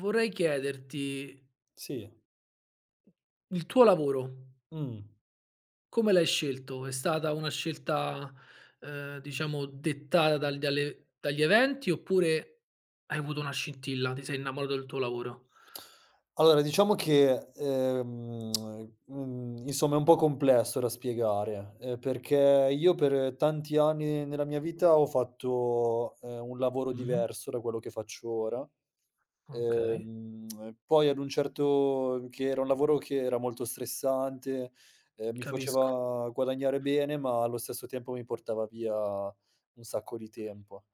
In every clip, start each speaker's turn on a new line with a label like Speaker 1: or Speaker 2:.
Speaker 1: Vorrei chiederti,
Speaker 2: Sì,
Speaker 1: il tuo lavoro
Speaker 2: mh.
Speaker 1: come l'hai scelto? È stata una scelta, diciamo dettata dalle dagli eventi oppure hai avuto una scintilla, ti sei innamorato del tuo lavoro?
Speaker 2: Allora diciamo che, insomma è un po' complesso da spiegare, perché io per tanti anni nella mia vita ho fatto, un lavoro
Speaker 1: Mh-mh,
Speaker 2: diverso da quello che faccio ora.
Speaker 1: okay,
Speaker 2: Ehm, Poi ad un certo che era un lavoro che era molto stressante, mi
Speaker 1: capisco.
Speaker 2: faceva guadagnare bene, ma allo stesso tempo mi portava via un sacco di tempo.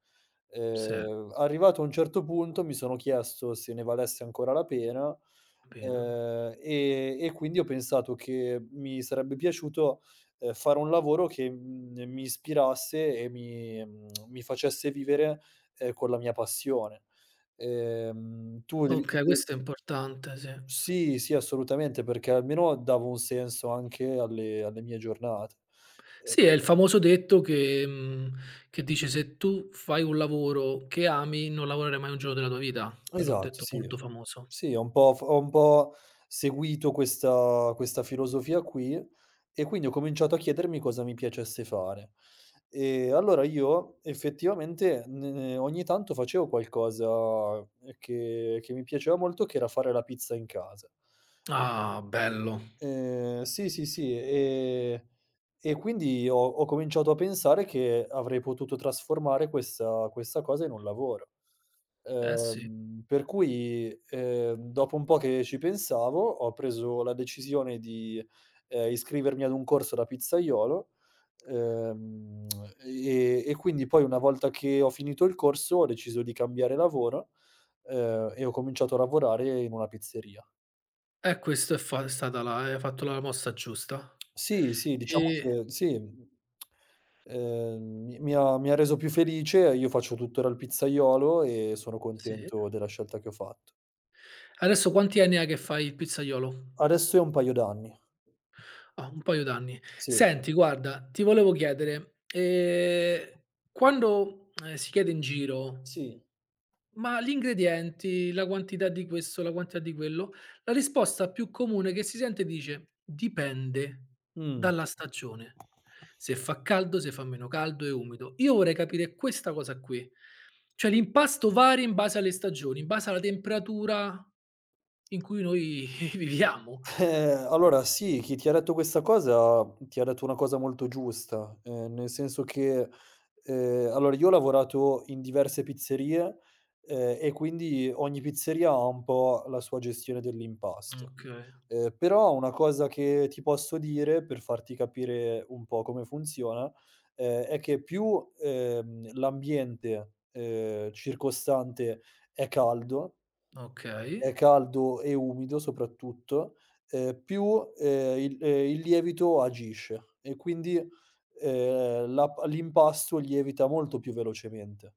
Speaker 1: Sì,
Speaker 2: Arrivato a un certo punto mi sono chiesto se ne valesse ancora la pena,
Speaker 1: bene.
Speaker 2: e quindi ho pensato che mi sarebbe piaciuto, fare un lavoro che, mi ispirasse e mi, mi facesse vivere, con la mia passione. Tu devi
Speaker 1: Okay,
Speaker 2: de
Speaker 1: questo è importante, sì.
Speaker 2: sì, sì, assolutamente, perché almeno davo un senso anche alle mie giornate. Ehm,
Speaker 1: Sì, è il famoso detto che dice: "Se tu fai un lavoro che ami, non lavorerai mai un giorno della tua vita." Quello è un
Speaker 2: esatto,
Speaker 1: detto
Speaker 2: sì.
Speaker 1: molto famoso.
Speaker 2: Sì, ho un po' f ho un po' seguito questa filosofia qui e quindi ho cominciato a chiedermi cosa mi piacesse fare. E allora io effettivamente n ogni tanto facevo qualcosa che mi piaceva molto, che era fare la pizza in casa.
Speaker 1: Ah, bello.
Speaker 2: Sì, sì, sì, e quindi ho cominciato a pensare che avrei potuto trasformare questa cosa in un lavoro.
Speaker 1: Eh sì.
Speaker 2: Per cui, dopo un po' che ci pensavo, ho preso la decisione di, iscrivermi ad un corso da pizzaiolo, ehm, e quindi poi una volta che ho finito il corso ho deciso di cambiare lavoro, e ho cominciato a lavorare in una pizzeria.
Speaker 1: Questo è fa è stata la hai fatto la mossa giusta.
Speaker 2: Sì, sì, diciamo
Speaker 1: Ehm,
Speaker 2: che sì, mi ha reso più felice, io faccio tuttora il pizzaiolo e sono
Speaker 1: sì.
Speaker 2: contento della scelta che ho fatto.
Speaker 1: Adesso quanti anni ha che fai il pizzaiolo?
Speaker 2: Adesso è un paio d'anni.
Speaker 1: Ah, un paio d'anni.
Speaker 2: Sì.
Speaker 1: Senti guarda, ti volevo chiedere, quando, si chiede in giro:
Speaker 2: Sì.
Speaker 1: "Ma gli ingredienti, la quantità di questo, la quantità di quello", la risposta più comune che si sente dice: "Dipende
Speaker 2: Mh.
Speaker 1: dalla stagione, se fa caldo, se fa meno caldo, è umido". Io vorrei capire questa cosa qui. Cioè l'impasto varia in base alle stagioni, in base alla temperatura in cui noi viviamo.
Speaker 2: Eh, allora sì, chi ti ha detto questa cosa, ti ha detto una cosa molto giusta, nel senso che, allora io ho lavorato in diverse pizzerie, e quindi ogni pizzeria ha un po' la sua gestione dell'impasto.
Speaker 1: Okay,
Speaker 2: Però una cosa che ti posso dire, per farti capire un po' come funziona, è che più, l'ambiente, circostante è caldo
Speaker 1: okay.
Speaker 2: è caldo e umido soprattutto, più, il lievito agisce e quindi, la p l'impasto lievita molto più velocemente.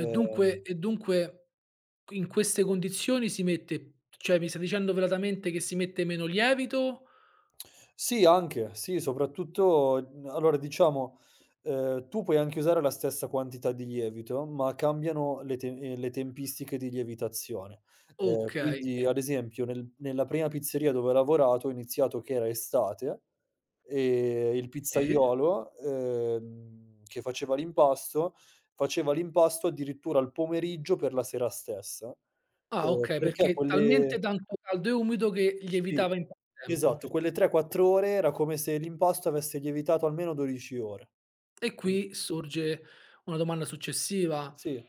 Speaker 1: E dunque e dunque in queste condizioni si mette cioè mi stai dicendo velatamente che si mette meno lievito?
Speaker 2: Sì, anche, sì, soprattutto allora diciamo, tu puoi anche usare la stessa quantità di lievito, ma cambiano le tempistiche di lievitazione.
Speaker 1: Okay,
Speaker 2: Quindi
Speaker 1: e
Speaker 2: ad esempio nella prima pizzeria dove ho lavorato ho iniziato che era estate, e il
Speaker 1: sì.
Speaker 2: pizzaiolo, che faceva l'impasto addirittura al pomeriggio per la sera stessa,
Speaker 1: Ah okay,
Speaker 2: perché
Speaker 1: perché è
Speaker 2: quelle
Speaker 1: talmente tanto caldo e umido che
Speaker 2: sì,
Speaker 1: lievitava in poco
Speaker 2: esatto,
Speaker 1: tempo.
Speaker 2: quelle 3, 4 ore era come se l'impasto avesse lievitato almeno 12 ore.
Speaker 1: E
Speaker 2: Mh.
Speaker 1: qui sorge una domanda successiva.
Speaker 2: Sì,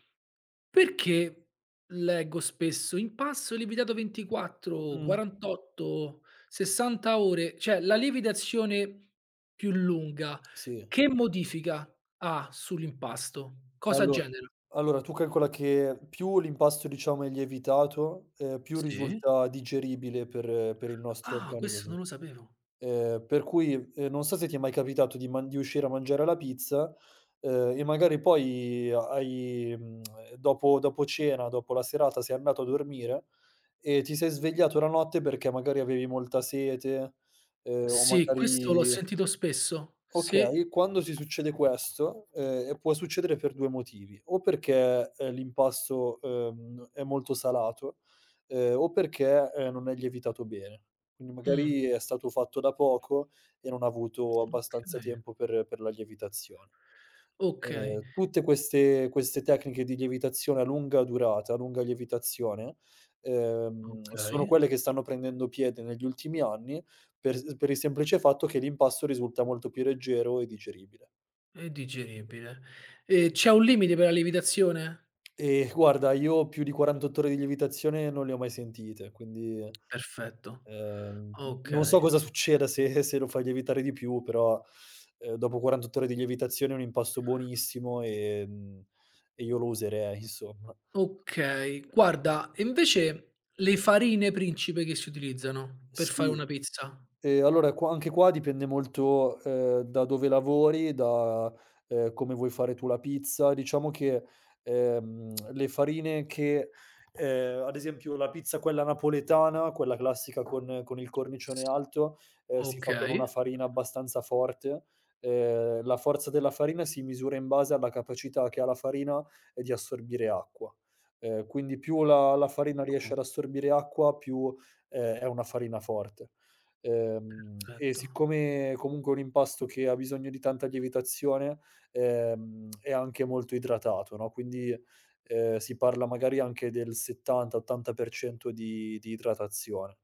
Speaker 1: Perché leggo spesso in passo lievitato 24,
Speaker 2: mh,
Speaker 1: 48, 60 ore? Cioè la lievitazione più lunga,
Speaker 2: sì.
Speaker 1: che modifica ha sull'impasto? Cosa
Speaker 2: Allo
Speaker 1: genera?
Speaker 2: allora tu calcola che più l'impasto diciamo è lievitato, più
Speaker 1: Sì.
Speaker 2: risulta digeribile per il nostro
Speaker 1: Ah, questo
Speaker 2: organismo.
Speaker 1: non lo sapevo.
Speaker 2: Per cui, non so se ti è mai capitato di man di uscire a mangiare la pizza, e magari poi hai dopo cena, dopo la serata sei andato a dormire e ti sei svegliato la notte perché magari avevi molta sete, o
Speaker 1: Sì, questo l'ho
Speaker 2: magari
Speaker 1: sentito spesso. Sì.
Speaker 2: okay, quando si succede questo, può succedere per 2 motivi: o perché, l'impasto, è molto salato, o perché, non è lievitato bene. Quindi
Speaker 1: Mh,
Speaker 2: magari è stato fatto da poco e non ha avuto abbastanza
Speaker 1: okay.
Speaker 2: tempo per la lievitazione.
Speaker 1: Okay.
Speaker 2: Tutte queste tecniche di lievitazione a lunga durata, a lunga lievitazione, sono
Speaker 1: Okay.
Speaker 2: quelle che stanno prendendo piede negli ultimi anni per il semplice fatto che l'impasto risulta molto più leggero e digeribile.
Speaker 1: È digeribile. E c'è un limite per la lievitazione?
Speaker 2: E guarda, io più di 48 ore di lievitazione non le ho mai sentite, quindi,
Speaker 1: Perfetto.
Speaker 2: ehm, non so
Speaker 1: Okay,
Speaker 2: cosa succeda se lo fai lievitare di più, però, dopo 48 ore di lievitazione è un impasto buonissimo, e io lo userei insomma.
Speaker 1: okay. Guarda, e invece le farine principe che si utilizzano per fare
Speaker 2: Sì.
Speaker 1: una pizza?
Speaker 2: Allora qua anche qua dipende molto, da dove lavori, da, come vuoi fare tu la pizza. Diciamo che, le farine che ad esempio la pizza quella napoletana, quella classica con il cornicione alto, si fa con una
Speaker 1: Okay,
Speaker 2: farina abbastanza forte. La forza della farina si misura in base alla capacità che ha la farina di assorbire acqua. Quindi più la farina riesce ad assorbire acqua, più, è una farina forte. E
Speaker 1: perfetto.
Speaker 2: siccome comunque è un impasto che ha bisogno di tanta lievitazione, è anche molto idratato, no, quindi, si parla magari anche del 70, 80% di idratazione.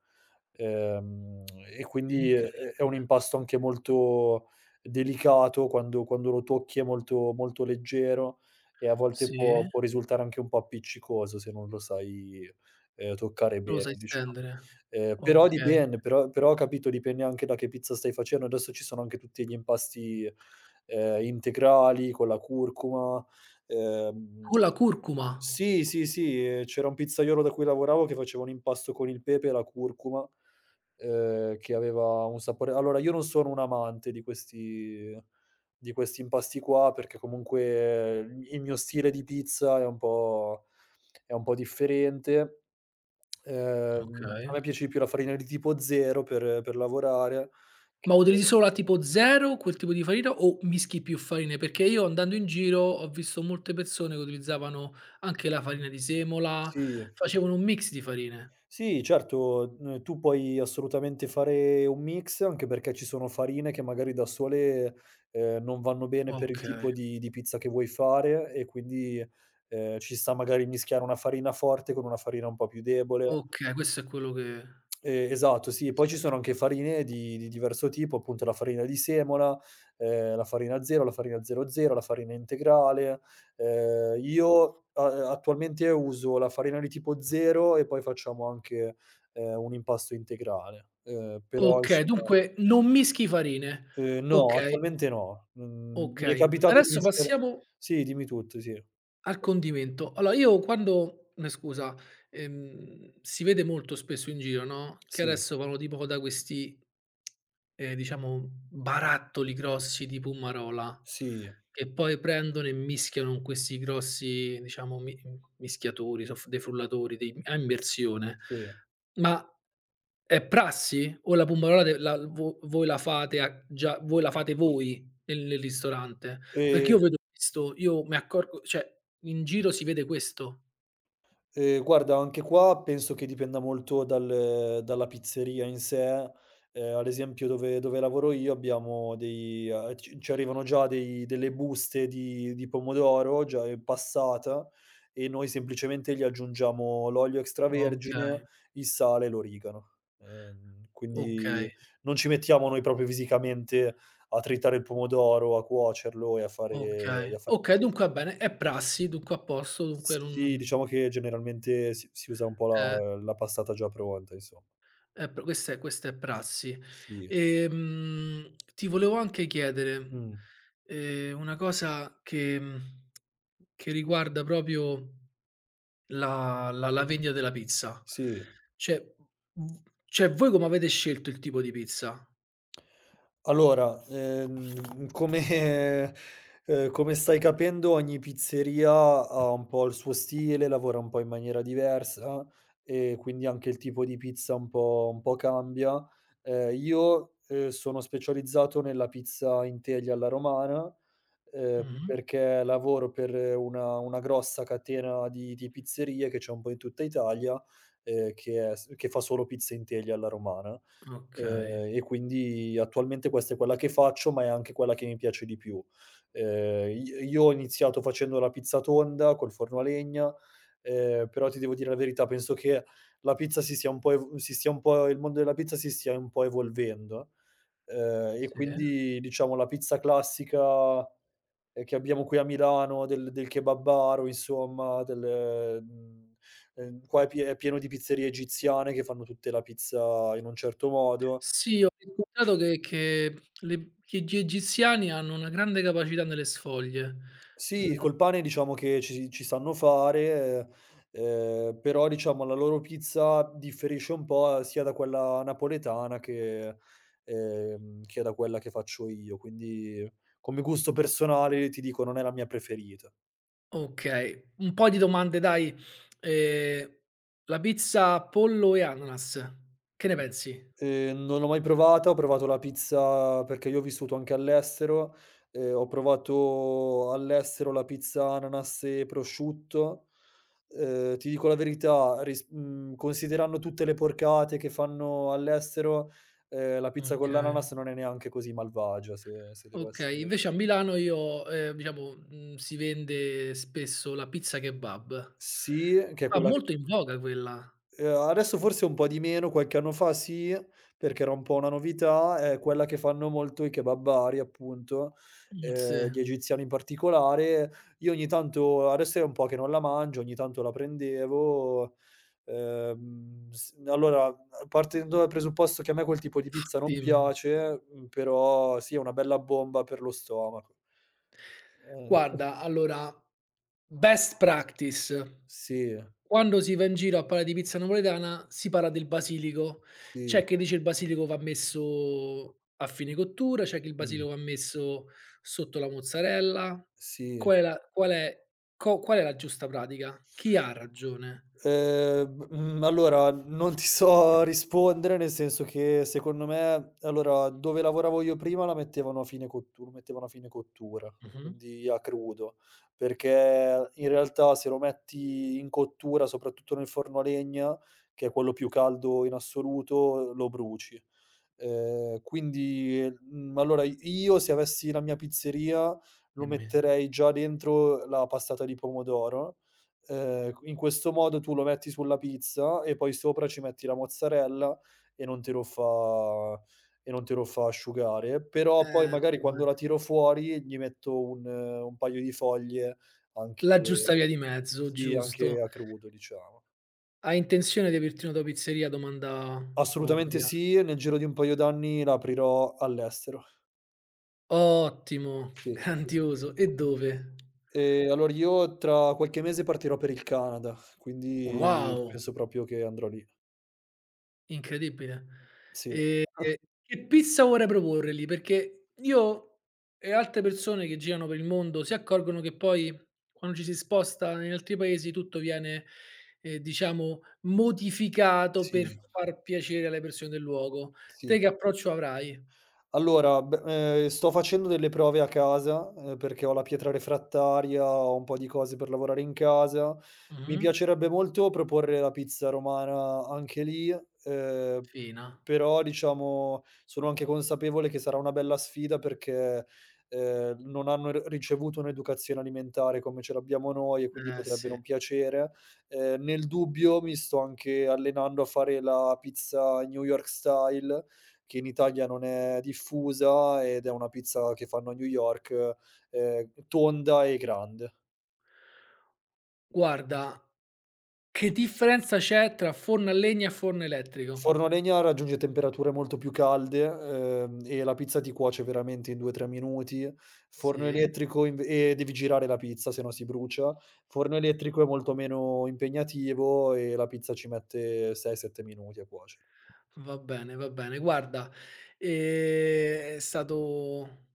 Speaker 2: Ehm, e quindi è un
Speaker 1: Incredibile.
Speaker 2: impasto anche molto delicato, quando lo tocchi è molto molto leggero e a volte
Speaker 1: Sì,
Speaker 2: può risultare anche un po' appiccicoso se non lo sai, toccare
Speaker 1: lo
Speaker 2: bene,
Speaker 1: sai
Speaker 2: diciamo.
Speaker 1: stendere.
Speaker 2: Però
Speaker 1: Okay.
Speaker 2: dipende, però capito, dipende anche da che pizza stai facendo. Adesso ci sono anche tutti gli impasti, integrali con la curcuma. Ehm
Speaker 1: Con la curcuma?
Speaker 2: sì, sì, sì, c'era un pizzaiolo da cui lavoravo che faceva un impasto con il pepe e la curcuma, che aveva un sapore allora io non sono un amante di questi impasti qua, perché comunque il mio stile di pizza è un po' differente. A
Speaker 1: Okay.
Speaker 2: me piace di più la farina di tipo 0 per lavorare
Speaker 1: Ma
Speaker 2: che
Speaker 1: utilizzi solo la tipo 0, quel tipo di farina o mischi più farine? Perché io andando in giro ho visto molte persone che utilizzavano anche la farina di semola,
Speaker 2: sì.
Speaker 1: facevano un mix di farine.
Speaker 2: Sì, certo, n tu puoi assolutamente fare un mix, anche perché ci sono farine che magari da sole, non vanno bene per il
Speaker 1: Okay,
Speaker 2: tipo di pizza che vuoi fare e quindi, ci sta magari mischiare una farina forte con una farina un po' più debole.
Speaker 1: okay, questo è quello che
Speaker 2: Esatto, sì. E poi
Speaker 1: sì.
Speaker 2: ci sono anche farine di diverso tipo, appunto la farina di semola, la farina 0, la farina 00, la farina integrale. Io a attualmente uso la farina di tipo 0 e poi facciamo anche, un impasto integrale. Però
Speaker 1: Okay,
Speaker 2: insomma
Speaker 1: dunque non mischi farine.
Speaker 2: no,
Speaker 1: Okay,
Speaker 2: attualmente no. Mhmm, Mi è
Speaker 1: okay.
Speaker 2: capitato di
Speaker 1: Adesso
Speaker 2: mischiare
Speaker 1: passiamo
Speaker 2: sì, dimmi tutto, sì.
Speaker 1: al condimento. Allora io scusa, si vede molto spesso in giro, no, che
Speaker 2: Sì,
Speaker 1: adesso vanno tipo da questi, diciamo barattoli grossi di Pummarola,
Speaker 2: sì,
Speaker 1: che poi prendono e mischiano con questi grossi, diciamo, mi mischiatori, soff dei frullatori, dei a immersione.
Speaker 2: sì.
Speaker 1: Ma è prassi? O la Pummarola de la vo voi la fate a già voi la fate voi nel ristorante? Perché
Speaker 2: Ehm
Speaker 1: io vedo questo, io mi accorgo cioè in giro si vede questo.
Speaker 2: Guarda anche qua penso che dipenda molto dalla pizzeria in sé. Ad esempio dove lavoro io abbiamo dei ci arrivano già dei delle buste di pomodoro già, passata e noi semplicemente gli aggiungiamo l'olio extravergine,
Speaker 1: Okay,
Speaker 2: il sale e l'origano.
Speaker 1: okay,
Speaker 2: Quindi non ci mettiamo noi proprio fisicamente a tritare il pomodoro, a cuocerlo e a fare e
Speaker 1: okay.
Speaker 2: a fare
Speaker 1: Okay, dunque va bene, è prassi, dunque a posto, dunque
Speaker 2: Sì,
Speaker 1: non
Speaker 2: diciamo che generalmente si usa un po'
Speaker 1: eh,
Speaker 2: la passata già pronta insom
Speaker 1: è pr questa è prassi.
Speaker 2: sì.
Speaker 1: Ti volevo anche chiedere,
Speaker 2: Mh,
Speaker 1: una cosa che riguarda proprio la vendita della pizza.
Speaker 2: sì.
Speaker 1: Cioè, v cioè voi come avete scelto il tipo di pizza?
Speaker 2: Allora, come come stai capendo ogni pizzeria ha un po' il suo stile, lavora un po' in maniera diversa e quindi anche il tipo di pizza un po' cambia. Io, sono specializzato nella pizza in teglia alla romana,
Speaker 1: Mh-mh.
Speaker 2: perché lavoro per una grossa catena di pizzerie che c'è un po' in tutta Italia, che è s che fa solo pizza in teglia alla romana.
Speaker 1: Okay,
Speaker 2: E quindi attualmente questa è quella che faccio, ma è anche quella che mi piace di più. I io ho iniziato facendo la pizza tonda col forno a legna, però ti devo dire la verità, penso che la pizza si sia un po' ev si stia un po' il mondo della pizza si stia un po' evolvendo, e
Speaker 1: sì.
Speaker 2: quindi diciamo la pizza classica, che abbiamo qui a Milano del kebabaro insomma, del qua è pieno di pizzerie egiziane che fanno tutte la pizza in un certo modo.
Speaker 1: Sì, ho riscontrato che le che gli egiziani hanno una grande capacità nelle sfoglie.
Speaker 2: Sì,
Speaker 1: Mh,
Speaker 2: col pane diciamo che ci sanno fare, però diciamo la loro pizza differisce un po' sia da quella napoletana che da quella che faccio io. Quindi come gusto personale ti dico non è la mia preferita.
Speaker 1: okay, un po' di domande dai. Ehm, la pizza pollo e ananas, che ne pensi?
Speaker 2: Non l'ho mai provata, ho provato la pizza perché io ho vissuto anche all'estero, ho provato all'estero la pizza ananas e prosciutto. Ti dico la verità, ris considerando tutte le porcate che fanno all'estero, la pizza con
Speaker 1: Okay.
Speaker 2: l'ananas non è neanche così malvagia se devo
Speaker 1: Okay,
Speaker 2: essere
Speaker 1: invece a Milano io diciamo, si vende spesso la pizza kebab.
Speaker 2: sì, che è
Speaker 1: Fa
Speaker 2: quella che
Speaker 1: molto in voga quella.
Speaker 2: Adesso forse un po' di meno, qualche anno fa sì, perché era un po' una novità, è quella che fanno molto i kebabari appunto,
Speaker 1: Sì.
Speaker 2: gli egiziani in particolare. Io ogni tanto adesso è un po' che non la mangio, ogni tanto la prendevo, s allora partendo dal presupposto che a me quel tipo di pizza non
Speaker 1: Dimmi.
Speaker 2: piace, però sì, è una bella bomba per lo stomaco. Ehm,
Speaker 1: Guarda, allora, best practice.
Speaker 2: sì,
Speaker 1: Quando si va in giro a parlare di pizza napoletana, si parla del basilico.
Speaker 2: sì,
Speaker 1: C'è chi dice il basilico va messo a fine cottura, c'è chi il
Speaker 2: mh,
Speaker 1: basilico va messo sotto la mozzarella.
Speaker 2: sì.
Speaker 1: Qual è la qual è qual è la giusta pratica? Chi ha ragione?
Speaker 2: Mhmm, allora non ti so rispondere, nel senso che secondo me allora dove lavoravo io prima la mettevano a fine cottu lo mettevano a fine cottura,
Speaker 1: Mh-mh.
Speaker 2: quindi a crudo, perché in realtà se lo metti in cottura, soprattutto nel forno a legna, che è quello più caldo in assoluto, lo bruci. Quindi, allora io se avessi la mia pizzeria, lo
Speaker 1: Dimmi.
Speaker 2: metterei già dentro la passata di pomodoro in questo modo tu lo metti sulla pizza e poi sopra ci metti la mozzarella e non te lo fa e non te lo fa asciugare. Però poi magari quando
Speaker 1: Vabbè.
Speaker 2: la tiro fuori gli metto un paio di foglie anche
Speaker 1: La giusta via di mezzo,
Speaker 2: sì, anche
Speaker 1: giusto.
Speaker 2: a crudo diciamo.
Speaker 1: "Hai intenzione di aprirti una tua pizzeria?" Domanda
Speaker 2: Assolutamente
Speaker 1: ovvia.
Speaker 2: sì, e nel giro di un paio d'anni la aprirò all'estero.
Speaker 1: Ottimo,
Speaker 2: Sì, sì, sì.
Speaker 1: grandioso. E dove?
Speaker 2: Allora io tra qualche mese partirò per il Canada, quindi
Speaker 1: Wow!
Speaker 2: penso proprio che andrò lì.
Speaker 1: Incredibile.
Speaker 2: Sì.
Speaker 1: Ehm, che pizza vorrai proporre lì? Perché io e altre persone che girano per il mondo si accorgono che poi quando ci si sposta in altri paesi tutto viene, diciamo modificato per
Speaker 2: Sì,
Speaker 1: far piacere alle persone del luogo.
Speaker 2: sì.
Speaker 1: Te che approccio avrai?
Speaker 2: Allora, beh, sto facendo delle prove a casa, perché ho la pietra refrattaria, ho un po' di cose per lavorare in casa. Mi
Speaker 1: Mh-mh.
Speaker 2: piacerebbe molto proporre la pizza romana anche lì, ehm,
Speaker 1: Fina.
Speaker 2: però diciamo sono anche consapevole che sarà una bella sfida perché, non hanno r ricevuto un'educazione alimentare come ce l'abbiamo noi e quindi potrebbe
Speaker 1: Sì.
Speaker 2: non piacere. Nel dubbio mi sto anche allenando a fare la pizza New York style, che in Italia non è diffusa ed è una pizza che fanno a New York, tonda e grande.
Speaker 1: Guarda, che differenza c'è tra forno a legna e forno elettrico?
Speaker 2: Forno a legna raggiunge temperature molto più calde, e la pizza ti cuoce veramente in 2, 3 minuti. Forno
Speaker 1: Sì.
Speaker 2: elettrico inv e devi girare la pizza, se no si brucia. Forno elettrico è molto meno impegnativo e la pizza ci mette 6, 7 minuti a cuocere.
Speaker 1: Va bene, va bene. Guarda, è stato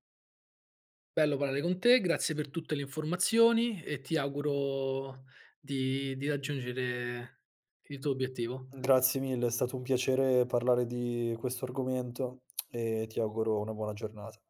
Speaker 1: bello parlare con te, grazie per tutte le informazioni e ti auguro di raggiungere il tuo obiettivo.
Speaker 2: Grazie mille, è stato un piacere parlare di questo argomento e ti auguro una buona giornata.